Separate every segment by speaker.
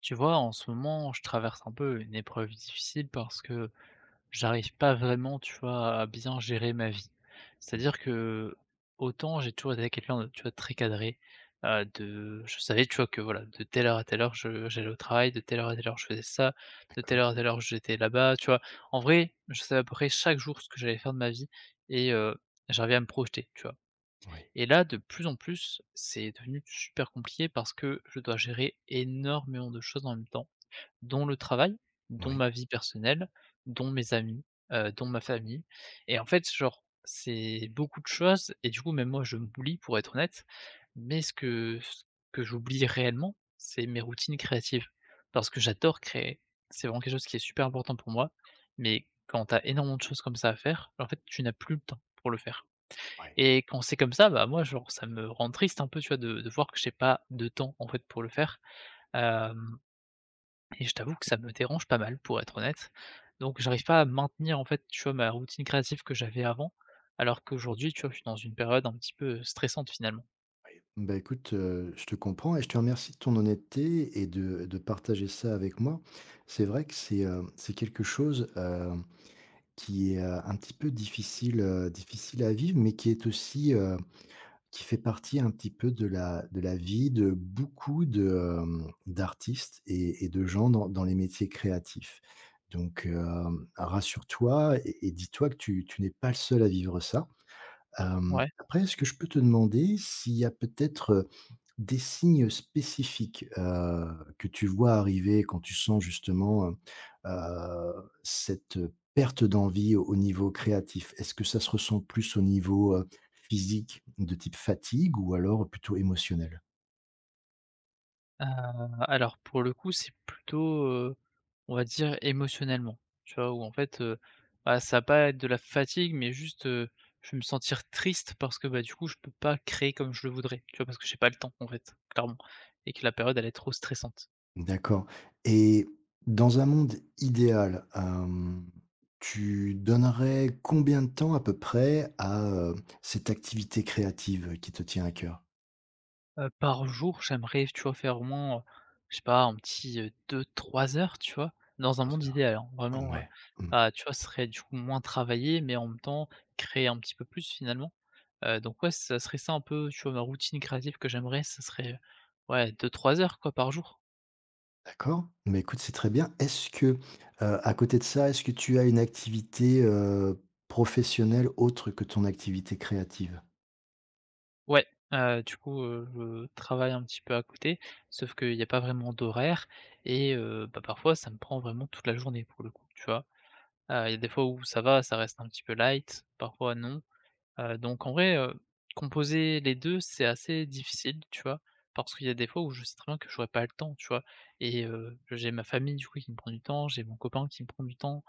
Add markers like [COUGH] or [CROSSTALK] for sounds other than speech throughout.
Speaker 1: Tu vois, en ce moment, je traverse un peu une épreuve difficile parce que j'arrive pas vraiment, tu vois, à bien gérer ma vie.
Speaker 2: Mmh,
Speaker 1: C'est-à-dire que autant j'ai toujours été quelqu'un de, tu vois, très cadré, je savais, tu vois, que voilà, de telle heure à telle heure, j'allais au travail, de telle heure à telle heure, je faisais ça, de telle
Speaker 2: d'accord.
Speaker 1: heure à telle heure, j'étais là-bas, tu vois. En vrai, je savais à peu près chaque jour ce que j'allais faire de ma vie et j'arrivais à me projeter, tu vois.
Speaker 2: Oui,
Speaker 1: Et là, de plus en plus, c'est devenu super compliqué parce que je dois gérer énormément de choses en même temps dont le travail, dont
Speaker 2: oui,
Speaker 1: ma vie personnelle, dont mes amis, dont ma famille et en fait, genre, c'est beaucoup de choses et du coup, même moi, je m'oublie pour être honnête, mais ce que j'oublie réellement, c'est mes routines créatives parce que j'adore créer. C'est vraiment quelque chose qui est super important pour moi, mais quand t'as énormément de choses comme ça à faire, en fait, tu n'as plus le temps pour le faire
Speaker 2: oui,
Speaker 1: et quand c'est comme ça, bah, moi, genre, ça me rend triste un peu, tu vois, de voir que j'ai pas de temps, en fait, pour le faire, hem et je t'avoue que ça me dérange pas mal, pour être honnête. Donc j'arrive pas à maintenir, en fait, tu vois, ma routine créative que j'avais avant, alors qu'aujourd'hui, tu vois, je suis dans une période un petit peu stressante finalement.
Speaker 2: oui. Bah, écoute, je te comprends et je te remercie de ton honnêteté et de partager ça avec moi. C'est vrai que c'est quelque chose, qui est, un petit peu difficile, difficile à vivre, mais qui est aussi, qui fait partie un petit peu de la vie de beaucoup de, d'artistes et de gens dans les métiers créatifs. Donc, rassure-toi et dis-toi que tu n'es pas le seul à vivre ça.
Speaker 1: Ouais.
Speaker 2: Après, est-ce que je peux te demander s'il y a peut-être, des signes spécifiques, que tu vois arriver quand tu sens justement, cette perte d'envie au niveau créatif? Est-ce que ça se ressent plus au niveau, physique, de type fatigue ou alors plutôt émotionnel?
Speaker 1: Heu, alors pour le coup, c'est plutôt, on va dire émotionnellement, tu vois? Où en fait, bah, ça va pas être de la fatigue, mais juste, je vais me sentir triste parce que, bah, du coup, je peux pas créer comme je le voudrais, tu vois? Parce que j'ai pas le temps, en fait, clairement et que la période, elle est trop stressante.
Speaker 2: D'accord, et dans un monde idéal, tu donnerais combien de temps à peu près à, cette activité créative qui te tient à cœur?
Speaker 1: Par jour, j'aimerais, tu vois, faire au moins, je sais pas, un petit, 2-3 heures, tu vois? Dans un
Speaker 2: Quatorze
Speaker 1: monde idéal, hein,
Speaker 2: heures.
Speaker 1: vraiment,
Speaker 2: Ouais, mmh,
Speaker 1: bah, tu vois, ce serait du coup moins travailler, mais en même temps, créer un petit peu plus finalement. Donc ouais, ça serait ça un peu, tu vois, ma routine créative que j'aimerais, ça serait, ouais, 2-3 heures quoi par jour.
Speaker 2: d'accord. Mais écoute, c'est très bien. Est-ce que, à côté de ça, est-ce que tu as une activité, professionnelle autre que ton activité créative?
Speaker 1: Ouais, du coup, je travaille un petit peu à côté, sauf qu'il y a pas vraiment d'horaire et bah, parfois ça me prend vraiment toute la journée pour le coup, tu vois? Il y a des fois où ça va, ça reste un petit peu light, parfois non. Donc en vrai, composer les 2, c'est assez difficile, tu vois? Parce qu'il y a des fois où je sais très bien que j'aurais pas le temps, tu vois? Et j'ai ma famille, du coup, qui me prend du temps, j'ai mon copain qui me prend du temps,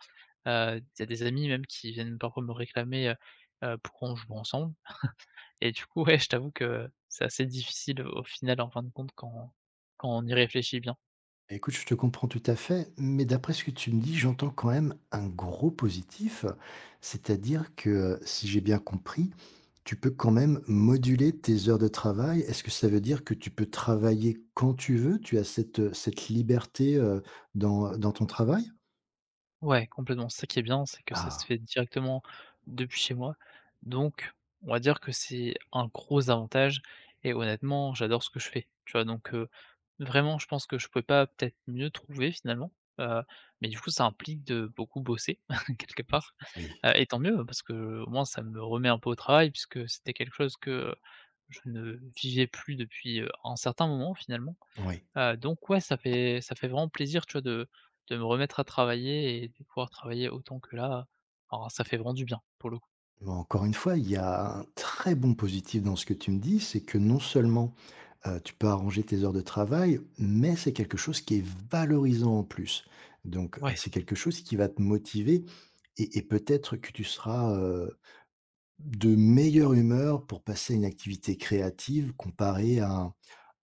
Speaker 1: il y a des amis même qui viennent parfois me réclamer, pour qu'on joue ensemble et du coup, ouais, je t'avoue que c'est assez difficile au final, en fin de compte, quand on y réfléchit bien.
Speaker 2: Écoute, je te comprends tout à fait, mais d'après ce que tu me dis, j'entends quand même un gros positif. C'est-à-dire que, si j'ai bien compris, tu peux quand même moduler tes heures de travail. Est-ce que ça veut dire que tu peux travailler quand tu veux? Tu as cette, cette liberté, dans, dans ton travail?
Speaker 1: Ouais, complètement. C'est ça qui est bien, c'est que ça se
Speaker 2: Ah,
Speaker 1: fait directement depuis chez moi. Donc, on va dire que c'est un gros avantage et honnêtement, j'adore ce que je fais. Tu vois? Donc, vraiment, je pense que je pouvais pas peut-être mieux trouver finalement, heu, mais du coup, ça implique de beaucoup bosser [LAUGHS] quelque part,
Speaker 2: oui,
Speaker 1: et tant mieux hein, parce que au moins ça me remet un peu au travail puisque c'était quelque chose que, je ne vivais plus depuis, un certain moment finalement.
Speaker 2: oui.
Speaker 1: Donc ouais, ça fait vraiment plaisir, tu vois, de me remettre à travailler et de pouvoir travailler autant que là. Alors ça fait vraiment du bien, pour le coup.
Speaker 2: Mais encore une fois, il y a un très bon positif dans ce que tu me dis, c'est que non seulement, tu peux arranger tes heures de travail, mais c'est quelque chose qui est valorisant en plus. Donc,
Speaker 1: Ouais,
Speaker 2: c'est quelque chose qui va te motiver et peut-être que tu seras, de meilleure humeur pour passer à une activité créative comparée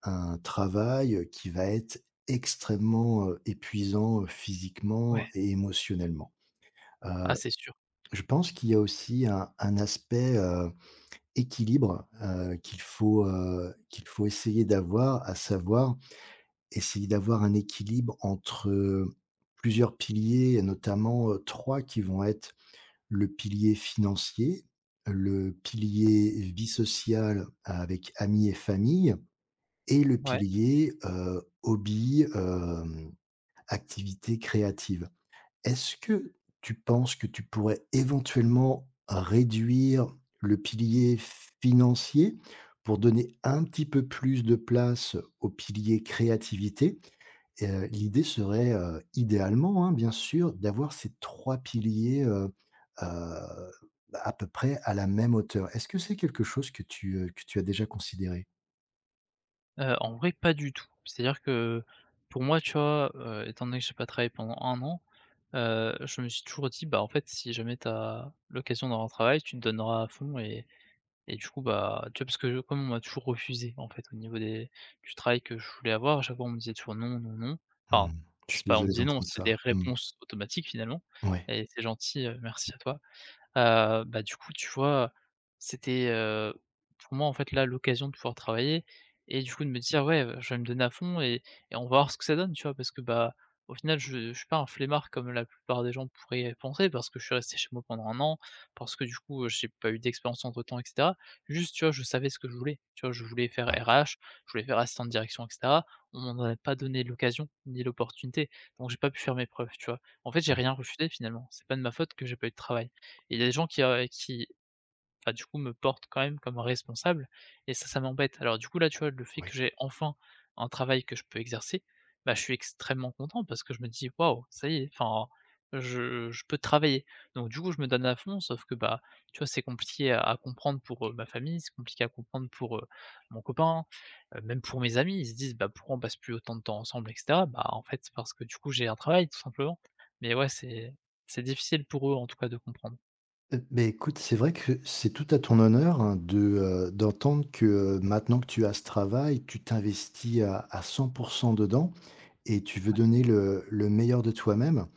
Speaker 2: à un travail, qui va être extrêmement, épuisant, physiquement
Speaker 1: ouais.
Speaker 2: et émotionnellement.
Speaker 1: Ah,
Speaker 2: Heu,
Speaker 1: c'est sûr.
Speaker 2: je pense qu'il y a aussi un aspect, équilibre, qu'il faut essayer d'avoir, à savoir essayer d'avoir un équilibre entre, plusieurs piliers et notamment, 3 qui vont être le pilier financier, le pilier vie sociale avec amis et famille et le
Speaker 1: Ouais.
Speaker 2: pilier, hobby, activités créatives. Est-ce que tu penses que tu pourrais éventuellement réduire le pilier financier pour donner un petit peu plus de place au pilier créativité? L'idée serait, idéalement, hein, bien sûr, d'avoir ces 3 piliers, heu, à peu près à la même hauteur. Est-ce que c'est quelque chose que tu as déjà considéré?
Speaker 1: En vrai, pas du tout. C'est-à-dire que pour moi, tu vois, étant donné que j'ai pas travaillé pendant un an, je me suis toujours dit: «Bah, en fait, si jamais t'as l'occasion d'avoir un travail, tu te donneras à fond et du coup, bah, tu vois, parce que comme on m'a toujours refusé, en fait, au niveau des du travail que je voulais avoir, à chaque fois, on me disait toujours: «Non, non, non». Enfin,
Speaker 2: Mmh. Je
Speaker 1: c'est
Speaker 2: suis
Speaker 1: pas on me
Speaker 2: désolé
Speaker 1: disait: «Non»,
Speaker 2: d'entendre
Speaker 1: c'était
Speaker 2: ça.
Speaker 1: des
Speaker 2: Oui,
Speaker 1: réponses automatiques, finalement
Speaker 2: ouais,
Speaker 1: et «C'est gentil, merci à toi». Bah, du coup, tu vois, c'était, pour moi, en fait, là, l'occasion de pouvoir travailler et du coup, de me dire: «Ouais, je vais me donner à fond et on va voir ce que ça donne», tu vois? Parce que, bah, au final, je suis pas un flemmard comme la plupart des gens pourraient penser parce que je suis resté chez moi pendant un an, parce que, du coup, j'ai pas eu d'expérience entre-temps et cetera. Juste, tu vois, je savais ce que je voulais, tu vois? Je voulais faire
Speaker 2: ouais,
Speaker 1: RH, je voulais faire assistant de direction et cetera. On m'en a pas donné l'occasion ni l'opportunité, donc j'ai pas pu faire mes preuves, tu vois? En fait, j'ai
Speaker 2: ouais,
Speaker 1: rien refusé, finalement. C'est pas de ma faute que j'ai pas eu de travail. Et il y a des gens qui, bah, du coup, me portent quand même comme responsable et ça m'embête. Alors du coup, là, tu vois, le fait
Speaker 2: oui.
Speaker 1: que j'ai enfin un travail que je peux exercer, bah, je suis extrêmement content parce que je me dis: «Waouh, ça y est, enfin, je peux travailler». Donc du coup, je me donne à fond, sauf que, bah, tu vois, c'est compliqué à comprendre pour, ma famille, c'est compliqué à comprendre pour, mon copain, même pour mes amis. Ils se disent: «Bah, pourquoi on passe plus autant de temps ensemble?» et cetera. Bah, en fait, c'est parce que, du coup, j'ai un travail, tout simplement. Mais ouais, c'est difficile pour eux, en tout cas, de comprendre.
Speaker 2: Beh, écoute, c'est vrai que c'est tout à ton honneur, hein, de, d'entendre que, maintenant que tu as ce travail, tu t'investis à 100% dedans et tu veux donner le meilleur de toi-même,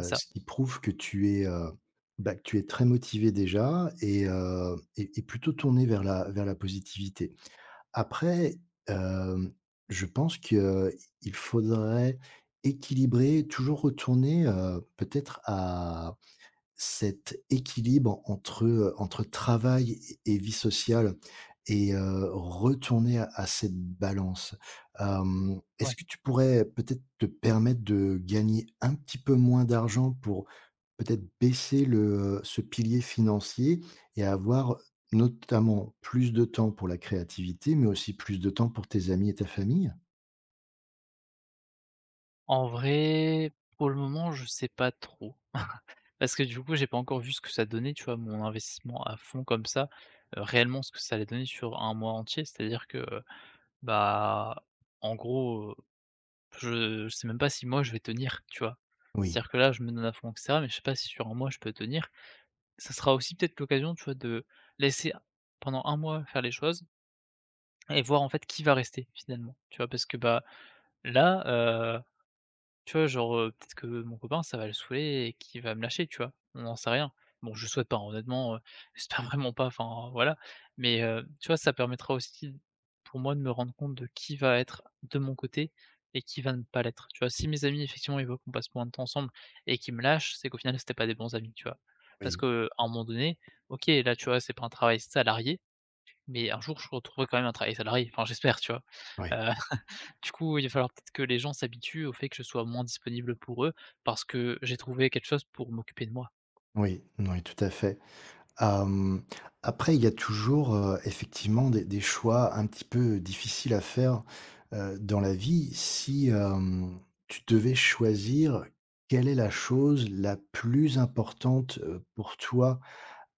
Speaker 1: C'est ça.
Speaker 2: ce qui prouve que tu es, bah, que tu es très motivé déjà et plutôt tourné vers la positivité. Après, hem, je pense que il faudrait équilibrer, toujours retourner, peut-être à cet équilibre entre, entre travail et vie sociale et retourner à cette balance. Est-ce
Speaker 1: Ouais.
Speaker 2: que tu pourrais peut-être te permettre de gagner un petit peu moins d'argent pour peut-être baisser le, ce pilier financier et avoir notamment plus de temps pour la créativité, mais aussi plus de temps pour tes amis et ta famille?
Speaker 1: En vrai, pour le moment, je sais pas trop. [LAUGHS] Parce que du coup, j'ai pas encore vu ce que ça donnait, tu vois? Mon investissement à fond comme ça, réellement ce que ça allait donner sur un mois entier. C'est-à-dire que, bah, en gros, je sais même pas si moi je vais tenir, tu vois?
Speaker 2: Oui,
Speaker 1: C'est-à-dire que là, je me donne à fond, et cetera, mais je sais pas si sur un mois je peux tenir. Ça sera aussi peut-être l'occasion, tu vois, de laisser pendant un mois faire les choses et voir en fait qui va rester finalement, tu vois? Parce que, bah, là, tu vois, genre, peut-être que mon copain, ça va le saouler et qu'il va me lâcher, tu vois? On n'en sait rien. Bon, je le souhaite pas, hein, honnêtement, [LAUGHS] j'espère vraiment pas, enfin, voilà. Mais, tu vois, ça permettra aussi pour moi de me rendre compte de qui va être de mon côté et qui va ne pas l'être, tu vois? Si mes amis, effectivement, ils voient qu'on passe moins de temps ensemble et qu'ils me lâchent, c'est qu'au final, c'était pas des bons amis, tu vois? Parce
Speaker 2: oui,
Speaker 1: que à un moment donné, OK, là, tu vois, c'est pas un travail salarié, mais un jour, je retrouverai quand même un travail salarié, enfin, j'espère, tu vois?
Speaker 2: oui,
Speaker 1: Du coup, il va falloir peut-être que les gens s'habituent au fait que je sois moins disponible pour eux, parce que j'ai trouvé quelque chose pour m'occuper de moi.
Speaker 2: oui, oui, tout à fait. Hem, Après, il y a toujours, effectivement des choix un petit peu difficiles à faire, dans la vie. Si, tu devais choisir, quelle est la chose la plus importante, pour toi,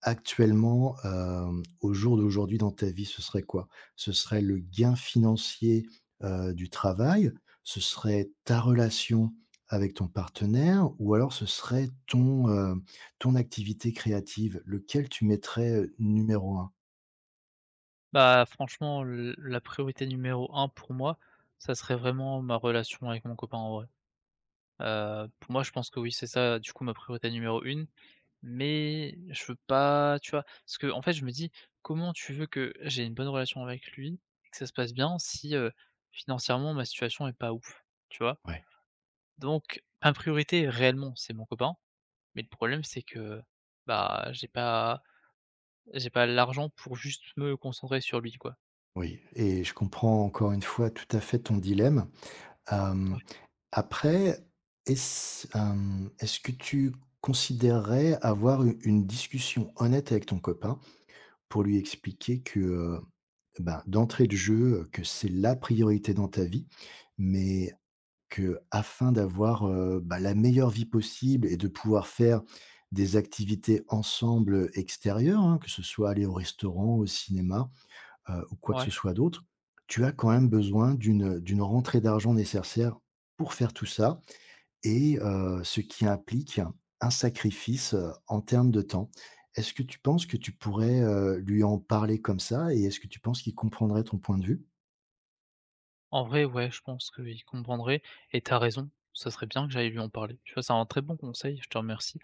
Speaker 2: actuellement, au jour d'aujourd'hui dans ta vie, ce serait quoi? Ce serait le gain financier, du travail? Ce serait ta relation avec ton partenaire? Ou alors ce serait ton, ton activité créative? Lequel tu mettrais, numéro un?
Speaker 1: Bah, franchement, l la priorité numéro un pour moi, ça serait vraiment ma relation avec mon copain, en vrai. Pour moi, je pense que oui, c'est ça, du coup, ma priorité numéro une. Mais je veux pas, tu vois? Parce qu'en fait, je me dis: «Comment tu veux que j'ai une bonne relation avec lui et que ça se passe bien si, financièrement ma situation est pas ouf?» tu vois?
Speaker 2: Ouais,
Speaker 1: Donc ma priorité réellement, c'est mon copain. Mais le problème, c'est que, bah, j'ai pas l'argent pour juste me concentrer sur lui, quoi.
Speaker 2: oui, et je comprends encore une fois tout à fait ton dilemme.
Speaker 1: Ouais,
Speaker 2: Hem, Après, est-ce que tu considérerais avoir u une discussion honnête avec ton copain? Pour lui expliquer que, ben, d'entrée de jeu, que c'est la priorité dans ta vie, mais que afin d'avoir, bah, la meilleure vie possible et de pouvoir faire des activités ensemble, extérieures, hein, que ce soit aller au restaurant, au cinéma, ou quoi que ce
Speaker 1: ouais.
Speaker 2: soit d'autre, tu as quand même besoin d'une, d'une rentrée d'argent nécessaire pour faire tout ça et ce qui implique un sacrifice, en termes de temps. Est-ce que tu penses que tu pourrais, lui en parler comme ça et est-ce que tu penses qu'il comprendrait ton point de vue?
Speaker 1: En vrai, ouais, je pense qu'il comprendrait et t'as raison, ça serait bien que j'aille lui en parler. Tu vois, c'est un très bon conseil, je te remercie.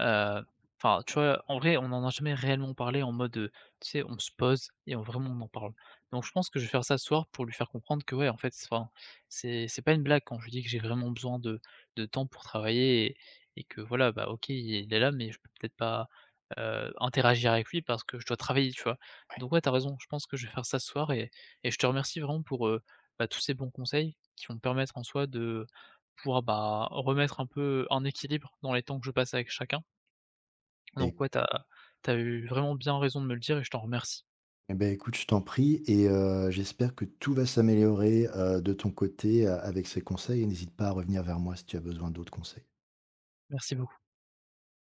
Speaker 1: Heu, enfin, tu vois, en vrai, on n'en a jamais réellement parlé en mode, tu sais, on se pose et on vraiment on en parle. Donc je pense que je vais faire ça ce soir pour lui faire comprendre que ouais, en fait, enfin, c'est pas une blague quand je lui dis que j'ai vraiment besoin de temps pour travailler et que voilà, bah, OK, il est là, mais je peux peut-être pas, interagir avec lui parce que je dois travailler, tu vois? Donc ouais, t'as raison, je pense que je vais faire ça ce soir et je te remercie vraiment pour, bah, tous ces bons conseils qui vont me permettre en soi de pouvoir, bah, remettre un peu en équilibre dans les temps que je passe avec chacun
Speaker 2: Et
Speaker 1: donc ouais, t'as as eu vraiment bien raison de me le dire et je t'en remercie.
Speaker 2: et beh, écoute, je t'en prie et j'espère que tout va s'améliorer, de ton côté, avec ces conseils, et n'hésite pas à revenir vers moi si tu as besoin d'autres conseils.
Speaker 1: Merci beaucoup.